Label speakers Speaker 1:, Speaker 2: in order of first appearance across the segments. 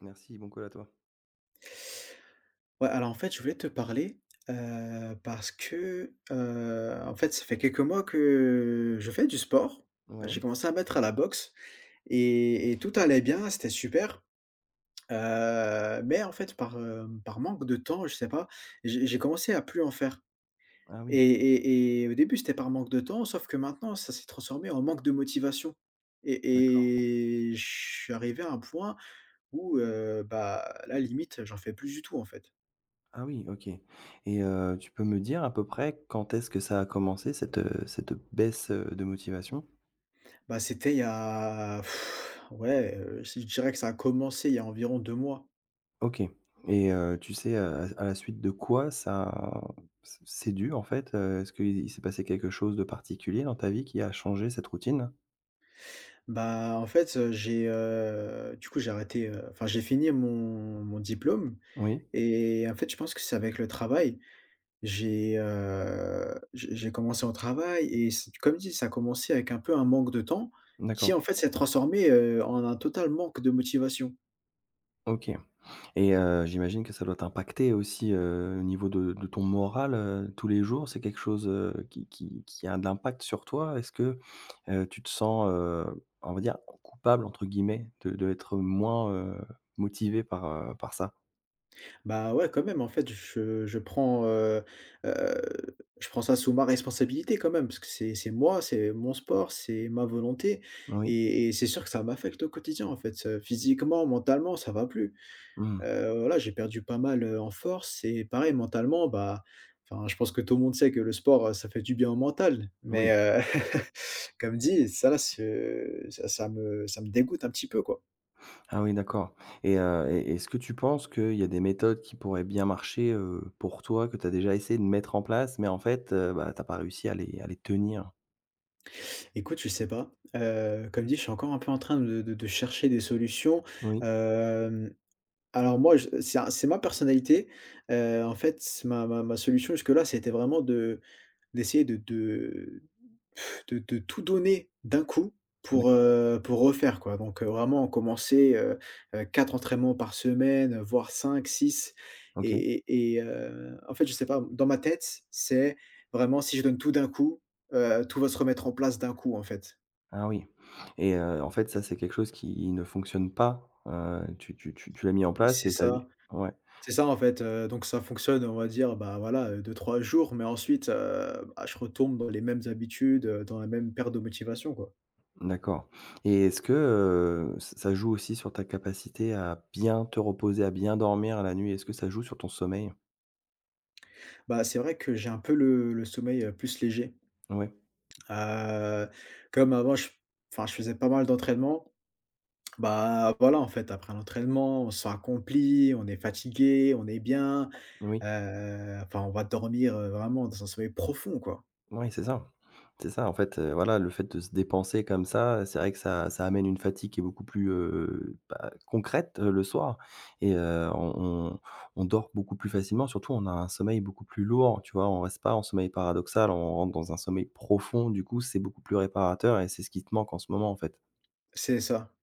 Speaker 1: Merci, bon call à toi.
Speaker 2: Ouais, alors en fait, je voulais te parler, parce que, en fait, ça fait quelques mois que je fais du sport.
Speaker 1: Ouais.
Speaker 2: J'ai commencé à mettre à la boxe et tout allait bien, c'était super, mais en fait, par manque de temps, je sais pas, j'ai commencé à plus en faire
Speaker 1: Ah
Speaker 2: et
Speaker 1: oui,
Speaker 2: et et au début, c'était par manque de temps, sauf que maintenant, ça s'est transformé en manque de motivation
Speaker 1: d'accord.
Speaker 2: et je suis arrivé à un point où, bah, là, limite, j'en fais plus du tout, en fait.
Speaker 1: Ah oui, OK, et tu peux me dire à peu près quand est-ce que ça a commencé cette baisse de motivation?
Speaker 2: Bah, c'était il y a ouais, si je dirais que ça a commencé il y a environ 2 mois.
Speaker 1: OK, et tu sais, à la suite de quoi ça c'est dû en fait? Est-ce qu'il s'est passé quelque chose de particulier dans ta vie qui a changé cette routine?
Speaker 2: Bah, en fait, du coup, j'ai arrêté, enfin, j'ai fini mon diplôme
Speaker 1: Oui?
Speaker 2: et en fait, je pense que c'est avec le travail. J'ai commencé au travail et c comme dit, ça a commencé avec un peu un manque de temps qui,
Speaker 1: D'accord.
Speaker 2: en fait, s'est transformé, en un total manque de motivation.
Speaker 1: OK. Et j'imagine que ça doit t'impacter aussi au niveau de ton moral tous les jours. C'est quelque chose qui a de l'impact sur toi. Est-ce que tu te sens on va dire «coupable» entre guillemets de être moins motivé par ça?
Speaker 2: Bah, ouais, quand même, en fait, heu, je prends ça sous ma responsabilité quand même, parce que c'est moi, c'est mon sport, c'est ma volonté
Speaker 1: Oui.
Speaker 2: et c'est sûr que ça m'affecte au quotidien, en fait, physiquement, mentalement, ça va plus.
Speaker 1: Mmh.
Speaker 2: Voilà, j'ai perdu pas mal, en force et pareil mentalement, bah, enfin, je pense que tout le monde sait que le sport, ça fait du bien au mental,
Speaker 1: Oui.
Speaker 2: mais comme dit, ça, ce ça ça me dégoûte un petit peu, quoi.
Speaker 1: Ah oui, d'accord. Et est-ce que tu penses qu'il y a des méthodes qui pourraient bien marcher pour toi, que tu as déjà essayé de mettre en place mais en fait, bah, tu pas réussi à les tenir?
Speaker 2: Écoute, je sais pas. Comme dit, je suis encore un peu en train de chercher des solutions.
Speaker 1: Oui.
Speaker 2: Hem, alors moi, je c'est un c'est ma personnalité. En fait, c ma ma ma solution jusque-là, c'était vraiment de d'essayer de tout donner d'un coup
Speaker 1: D'accord.
Speaker 2: pour refaire quoi. Donc, vraiment commencer, 4 entraînements par semaine, voire cinq six
Speaker 1: OK.
Speaker 2: et en fait, je sais pas, dans ma tête, c'est vraiment si je donne tout d'un coup, tout va se remettre en place d'un coup, en fait.
Speaker 1: Ah oui, et en fait, ça, c'est quelque chose qui ne fonctionne pas tu l'as mis en place
Speaker 2: C'est
Speaker 1: et tu as eu,
Speaker 2: ça,
Speaker 1: ouais,
Speaker 2: c'est ça en fait, donc ça fonctionne, on va dire, bah, voilà, 2-3 jours, mais ensuite, bah, je retombe dans les mêmes habitudes, dans la même perte de motivation, quoi.
Speaker 1: d'accord, et est-ce que ç ça joue aussi sur ta capacité à bien te reposer, à bien dormir la nuit? Est-ce que ça joue sur ton sommeil?
Speaker 2: Bah, c'est vrai que j'ai un peu le sommeil, plus léger,
Speaker 1: Ouais,
Speaker 2: heu, comme avant je faisais pas mal d'entraînement, bah, voilà, en fait, après l'entraînement, on se sent accompli, on est fatigué, on est bien,
Speaker 1: oui.
Speaker 2: enfin, on va dormir, vraiment dans un sommeil profond, quoi.
Speaker 1: Oui, c'est ça. C'est ça, en fait, voilà, le fait de se dépenser comme ça, c'est vrai que ça amène une fatigue qui est beaucoup plus, bah, concrète le soir, et on dort beaucoup plus facilement. Surtout, on a un sommeil beaucoup plus lourd, tu vois? On reste pas en sommeil paradoxal, on rentre dans un sommeil profond. Du coup, c'est beaucoup plus réparateur et c'est ce qui te manque en ce moment, en fait.
Speaker 2: C'est ça.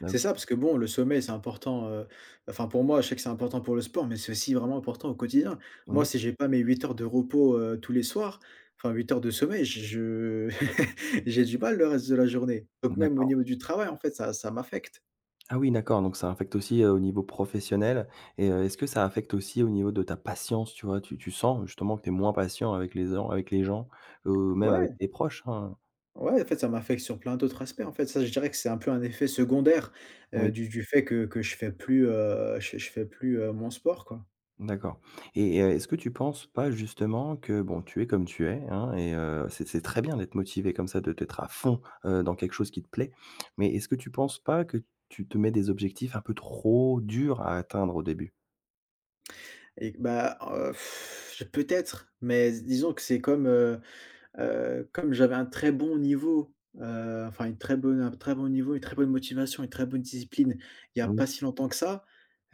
Speaker 1: Bah,
Speaker 2: C'est
Speaker 1: OK.
Speaker 2: ça, parce que bon, le sommeil, c'est important, enfin pour moi, je sais que c'est important pour le sport, mais c'est aussi vraiment important au quotidien. Moi,
Speaker 1: Oui,
Speaker 2: si j'ai pas mes 8 heures de repos, tous les soirs, enfin 8 heures de sommeil, je j'ai du mal le reste de la journée. Donc même au
Speaker 1: d'accord.
Speaker 2: niveau du travail, en fait, ça m'affecte.
Speaker 1: Ah oui, d'accord, donc ça affecte aussi au niveau professionnel, et est-ce que ça affecte aussi au niveau de ta patience, tu vois? Tu sens justement que tu es moins patient avec les gens, même avec
Speaker 2: Ouais,
Speaker 1: tes proches, hein?
Speaker 2: ouais, en fait, ça m'affecte sur plein d'autres aspects, en fait. Ça, je dirais que c'est un peu un effet secondaire,
Speaker 1: Oui,
Speaker 2: du fait que je fais plus, mon sport, quoi.
Speaker 1: d'accord. Et est-ce que tu penses pas justement que, bon, tu es comme tu es, hein, et c'est très bien d'être motivé comme ça, de d'être à fond dans quelque chose qui te plaît, mais est-ce que tu penses pas que tu te mets des objectifs un peu trop durs à atteindre au début?
Speaker 2: Et bah, peut-être, mais disons que c'est comme j'avais un très bon niveau, enfin une très bonne un très bon niveau, une très bonne motivation, une très bonne discipline, il y a pas
Speaker 1: Oui,
Speaker 2: si longtemps que ça,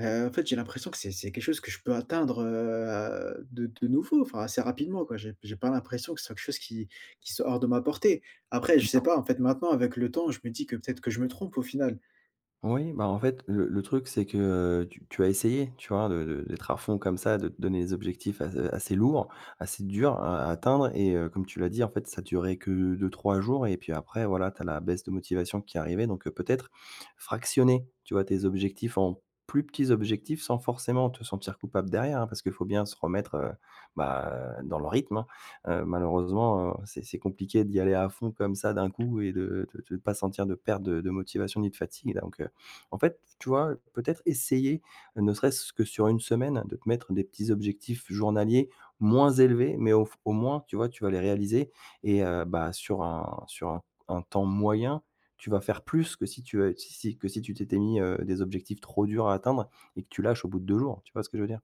Speaker 2: en fait, j'ai l'impression que c'est quelque chose que je peux atteindre, de nouveau, enfin assez rapidement, quoi. J'ai pas l'impression que ce soit quelque chose qui soit hors de ma portée. Après, je sais pas, en fait, maintenant, avec le temps, je me dis que peut-être que je me trompe au final.
Speaker 1: Oui, bah, en fait, le truc, c'est que, tu as essayé, tu vois, de d'être à fond comme ça, de te donner des objectifs as assez lourds, assez durs à atteindre, et comme tu l'as dit, en fait, ça durait que 2 3 jours et puis après, voilà, tu as la baisse de motivation qui arrivait. Donc peut-être fractionner, tu vois, tes objectifs en plus petits objectifs sans forcément te sentir coupable derrière, hein, parce qu'il faut bien se remettre, bah, dans le rythme, hein. Malheureusement, c'est compliqué d'y aller à fond comme ça d'un coup et de ne pas sentir de perte de motivation ni de fatigue. Donc en fait, tu vois, peut-être essayer, ne serait-ce que sur une semaine, de te mettre des petits objectifs journaliers moins élevés, mais au moins, tu vois, tu vas les réaliser, et bah, sur un temps moyen, tu vas faire plus que si tu, si si que si tu t'étais mis, des objectifs trop durs à atteindre et que tu lâches au bout de 2 jours. Tu vois ce que je veux dire?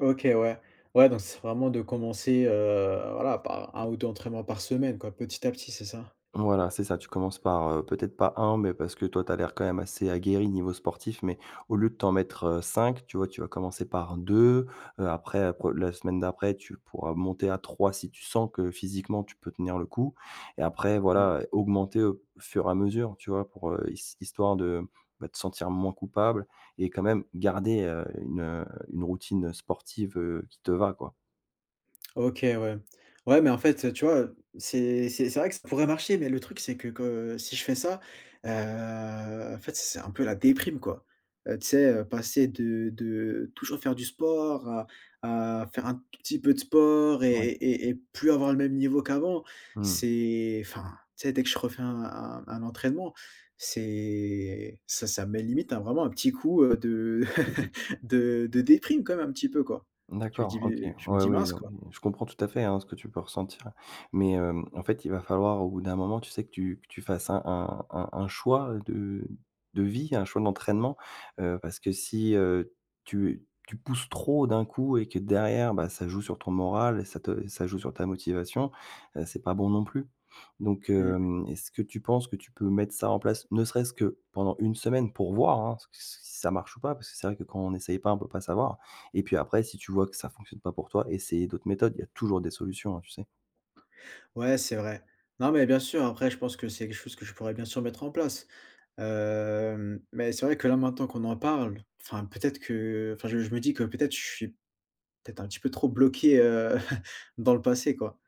Speaker 2: OK, ouais. Ouais, donc c'est vraiment de commencer, voilà, par un ou 2 entraînements par semaine, quoi, petit à petit, c'est ça?
Speaker 1: Voilà, c'est ça. Tu commences par, peut-être pas un, mais parce que toi, tu as l'air quand même assez aguerri niveau sportif, mais au lieu de t'en mettre, 5, tu vois, tu vas commencer par 2. Après, la semaine d'après, tu pourras monter à 3 si tu sens que physiquement tu peux tenir le coup. Et après,
Speaker 2: Mmh.
Speaker 1: voilà, augmenter au fur et à mesure, tu vois? Pour, histoire de, bah, te sentir moins coupable et quand même garder, une routine sportive qui te va, quoi.
Speaker 2: OK, ouais. Ouais, mais en fait, tu vois, c'est vrai que ça pourrait marcher, mais le truc, c'est que si je fais ça, en fait, c'est un peu la déprime, quoi. Tu sais, passer de toujours faire du sport à faire un tout petit peu de sport
Speaker 1: Ouais.
Speaker 2: et plus avoir le même niveau qu'avant,
Speaker 1: Mmh.
Speaker 2: c'est enfin, tu sais, dès que je refais un entraînement, c'est ça me met limite un petit coup, de de déprime quand même un petit peu, quoi. Je me
Speaker 1: D'accord,
Speaker 2: dis:
Speaker 1: OK.
Speaker 2: je me
Speaker 1: Ouais,
Speaker 2: dis:
Speaker 1: oui,
Speaker 2: «Mince,
Speaker 1: non,
Speaker 2: quoi».
Speaker 1: mais je comprends tout à fait, hein, ce que tu peux ressentir. Mais, en fait, il va falloir au bout d'un moment, tu sais, que tu fasses un choix de vie, un choix d'entraînement, parce que si, tu pousses trop d'un coup et que derrière, bah, ça joue sur ton moral et ça joue sur ta motivation, c'est pas bon non plus. Donc,
Speaker 2: Mmh.
Speaker 1: est-ce que tu penses que tu peux mettre ça en place, ne serait-ce que pendant une semaine pour voir, hein, si ça marche ou pas? Parce que c'est vrai que quand on n'essaye pas, on peut pas savoir. Et puis après, si tu vois que ça fonctionne pas pour toi, essayer d'autres méthodes. Il y a toujours des solutions, hein, tu sais?
Speaker 2: Ouais, c'est vrai. Non, mais bien sûr, après, je pense que c'est quelque chose que je pourrais bien sûr mettre en place. Mais c'est vrai que là, maintenant qu'on en parle, enfin, je me dis que peut-être je suis peut-être un petit peu trop bloqué, dans le passé, quoi.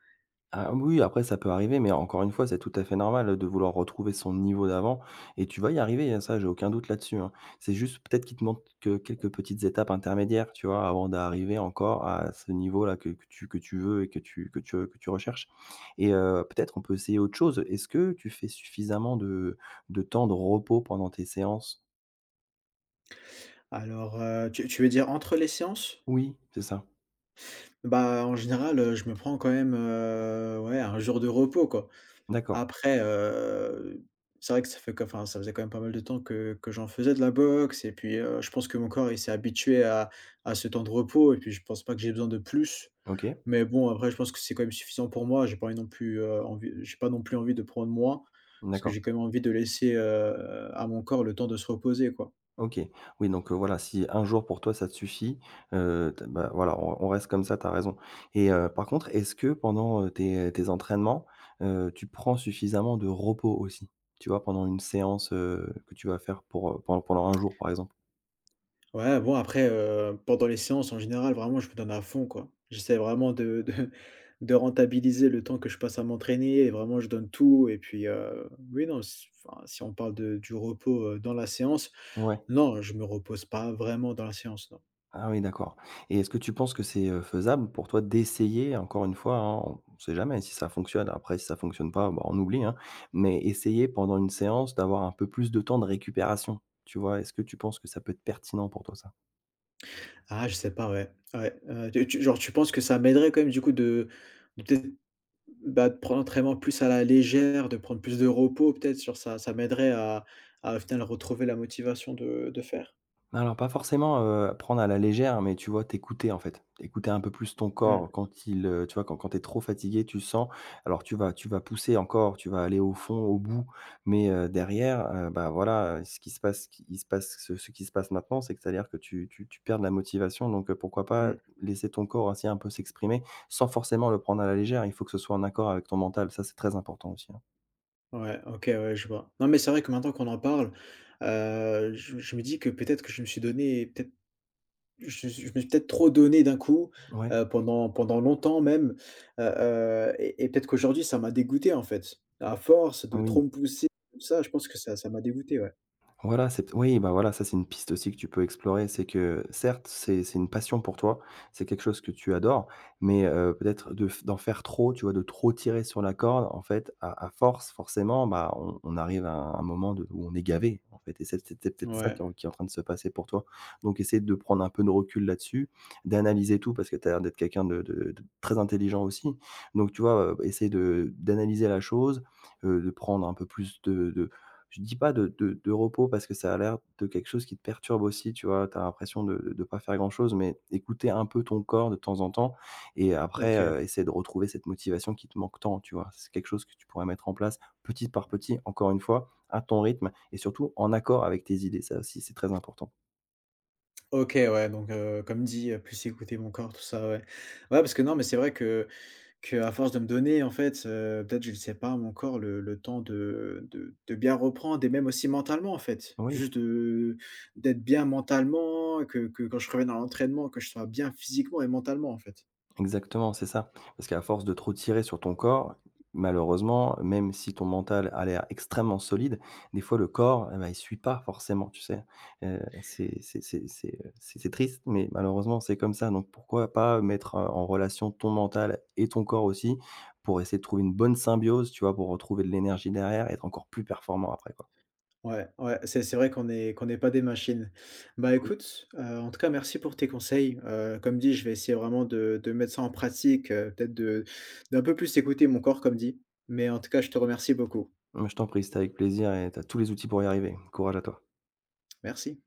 Speaker 1: Ah oui, après ça peut arriver, mais encore une fois, c'est tout à fait normal, de vouloir retrouver son niveau d'avant et tu vas y arriver, hein, ça, j'ai aucun doute là-dessus, hein. C'est juste peut-être qu'il te manque que quelques petites étapes intermédiaires, tu vois? Avant d'arriver encore à ce niveau-là que tu veux et que tu recherches, et peut-être on peut essayer autre chose. Est-ce que tu fais suffisamment de temps de repos pendant tes séances?
Speaker 2: Alors, tu veux dire entre les séances?
Speaker 1: Oui, c'est ça.
Speaker 2: Bah, en général, je me prends quand même, ouais, un jour de repos, quoi.
Speaker 1: D'accord.
Speaker 2: Après, c'est vrai que ça fait que enfin, ça faisait quand même pas mal de temps que j'en faisais de la boxe et puis, je pense que mon corps, il s'est habitué à ce temps de repos et puis je pense pas que j'ai besoin de plus.
Speaker 1: OK.
Speaker 2: Mais bon, après, je pense que c'est quand même suffisant pour moi. J'ai pas envie non plus, envie j'ai pas non plus envie de prendre moins, parce que
Speaker 1: D'accord.
Speaker 2: j'ai quand même envie de laisser, à mon corps le temps de se reposer, quoi.
Speaker 1: OK. Oui, donc, voilà, si un jour pour toi ça te suffit, t bah, voilà, on reste comme ça, t'as raison, et par contre, est-ce que pendant, tes entraînements, tu prends suffisamment de repos aussi? Tu vois, pendant une séance, que tu vas faire pour, pendant un jour, par exemple?
Speaker 2: Ouais, bon après, pendant les séances en général, vraiment je me donne à fond, quoi. J'essaie vraiment de de rentabiliser le temps que je passe à m'entraîner et vraiment je donne tout et puis, oui non, s enfin, si on parle de du repos, dans la séance,
Speaker 1: Ouais.
Speaker 2: non, je me repose pas vraiment dans la séance, non.
Speaker 1: Ah oui, d'accord, et est-ce que tu penses que c'est, faisable pour toi d'essayer, encore une fois, hein, on ne sait jamais si ça fonctionne, après si ça fonctionne pas, bah, on oublie, hein, mais essayer pendant une séance d'avoir un peu plus de temps de récupération, tu vois? Est-ce que tu penses que ça peut être pertinent pour toi ça?
Speaker 2: Ah je sais pas, ouais, ouais, tu tu genre tu penses que ça m'aiderait quand même du coup de peut-être, bah, de prendre l'entraînement plus à la légère, de prendre plus de repos peut-être, sur ça m'aiderait à au final retrouver la motivation de faire?
Speaker 1: Alors pas forcément prendre à la légère, mais tu vois, t'écouter, en fait. Écouter un peu plus ton
Speaker 2: Mmh
Speaker 1: corps quand il, tu vois, quand t'es trop fatigué, tu sens, alors tu vas pousser encore, tu vas aller au fond, au bout, mais derrière, bah, voilà, ce qui se passe maintenant, c'est que, c'est-à-dire que tu perds de la motivation. Donc pourquoi pas
Speaker 2: mh.
Speaker 1: laisser ton corps ainsi un peu s'exprimer sans forcément le prendre à la légère. Il faut que ce soit en accord avec ton mental, ça c'est très important aussi, hein.
Speaker 2: Ouais, OK, ouais, je vois. Non, mais c'est vrai que maintenant qu'on en parle, je me dis que peut-être que je me suis peut-être trop donné d'un coup,
Speaker 1: Ouais,
Speaker 2: pendant longtemps même, heu et peut-être qu'aujourd'hui ça m'a dégoûté en fait. À force de
Speaker 1: oui.
Speaker 2: trop me pousser, tout ça, je pense que ça m'a dégoûté, ouais.
Speaker 1: Voilà, c'est, oui, bah, voilà, ça, c'est une piste aussi que tu peux explorer. C'est que certes, c'est une passion pour toi, c'est quelque chose que tu adores, mais peut-être de f d'en faire trop, tu vois, de trop tirer sur la corde, en fait, à force, forcément, bah, on arrive à un moment de où on est gavé, en fait, et c'est peut-être ça
Speaker 2: Ouais,
Speaker 1: qui est en train de se passer pour toi. Donc essayer de prendre un peu de recul là-dessus, d'analyser tout parce que tu as l'air d'être quelqu'un de très intelligent aussi. Donc tu vois, essayer de d'analyser la chose, de prendre un peu plus de, je dis pas, de de repos parce que ça a l'air de quelque chose qui te perturbe aussi, tu vois? Tu as l'impression de pas faire grand-chose, mais écouter un peu ton corps de temps en temps et après,
Speaker 2: OK.
Speaker 1: essayer de retrouver cette motivation qui te manque tant, tu vois? C'est quelque chose que tu pourrais mettre en place petit par petit, encore une fois, à ton rythme et surtout en accord avec tes idées. Ça aussi, c'est très important.
Speaker 2: OK, ouais, donc comme dit, plus écouter mon corps, tout ça, ouais. Ouais, parce que non, mais c'est vrai que Qu'à force de me donner, en fait, peut-être je ne sais pas mon corps le temps de bien reprendre et même aussi mentalement, en fait.
Speaker 1: Oui.
Speaker 2: Juste de d'être bien mentalement, que quand je revienne à l'entraînement, que je sois bien physiquement et mentalement, en fait.
Speaker 1: Exactement, c'est ça. Parce qu'à force de trop tirer sur ton corps, malheureusement, même si ton mental a l'air extrêmement solide, des fois le corps, eh ben, il suit pas forcément, tu sais? C'est triste, mais malheureusement, c'est comme ça. Donc pourquoi pas mettre, en relation ton mental et ton corps aussi, pour essayer de trouver une bonne symbiose, tu vois? Pour retrouver de l'énergie derrière et être encore plus performant après, quoi.
Speaker 2: Ouais, ouais, c'est vrai qu'on n'est pas des machines. Bah, écoute, en tout cas, merci pour tes conseils. Comme dit, je vais essayer vraiment de mettre ça en pratique, peut-être de d'un peu plus écouter mon corps, comme dit. Mais en tout cas, je te remercie beaucoup.
Speaker 1: Je t'en prie, c'était avec plaisir et tu as tous les outils pour y arriver. Courage à toi.
Speaker 2: Merci.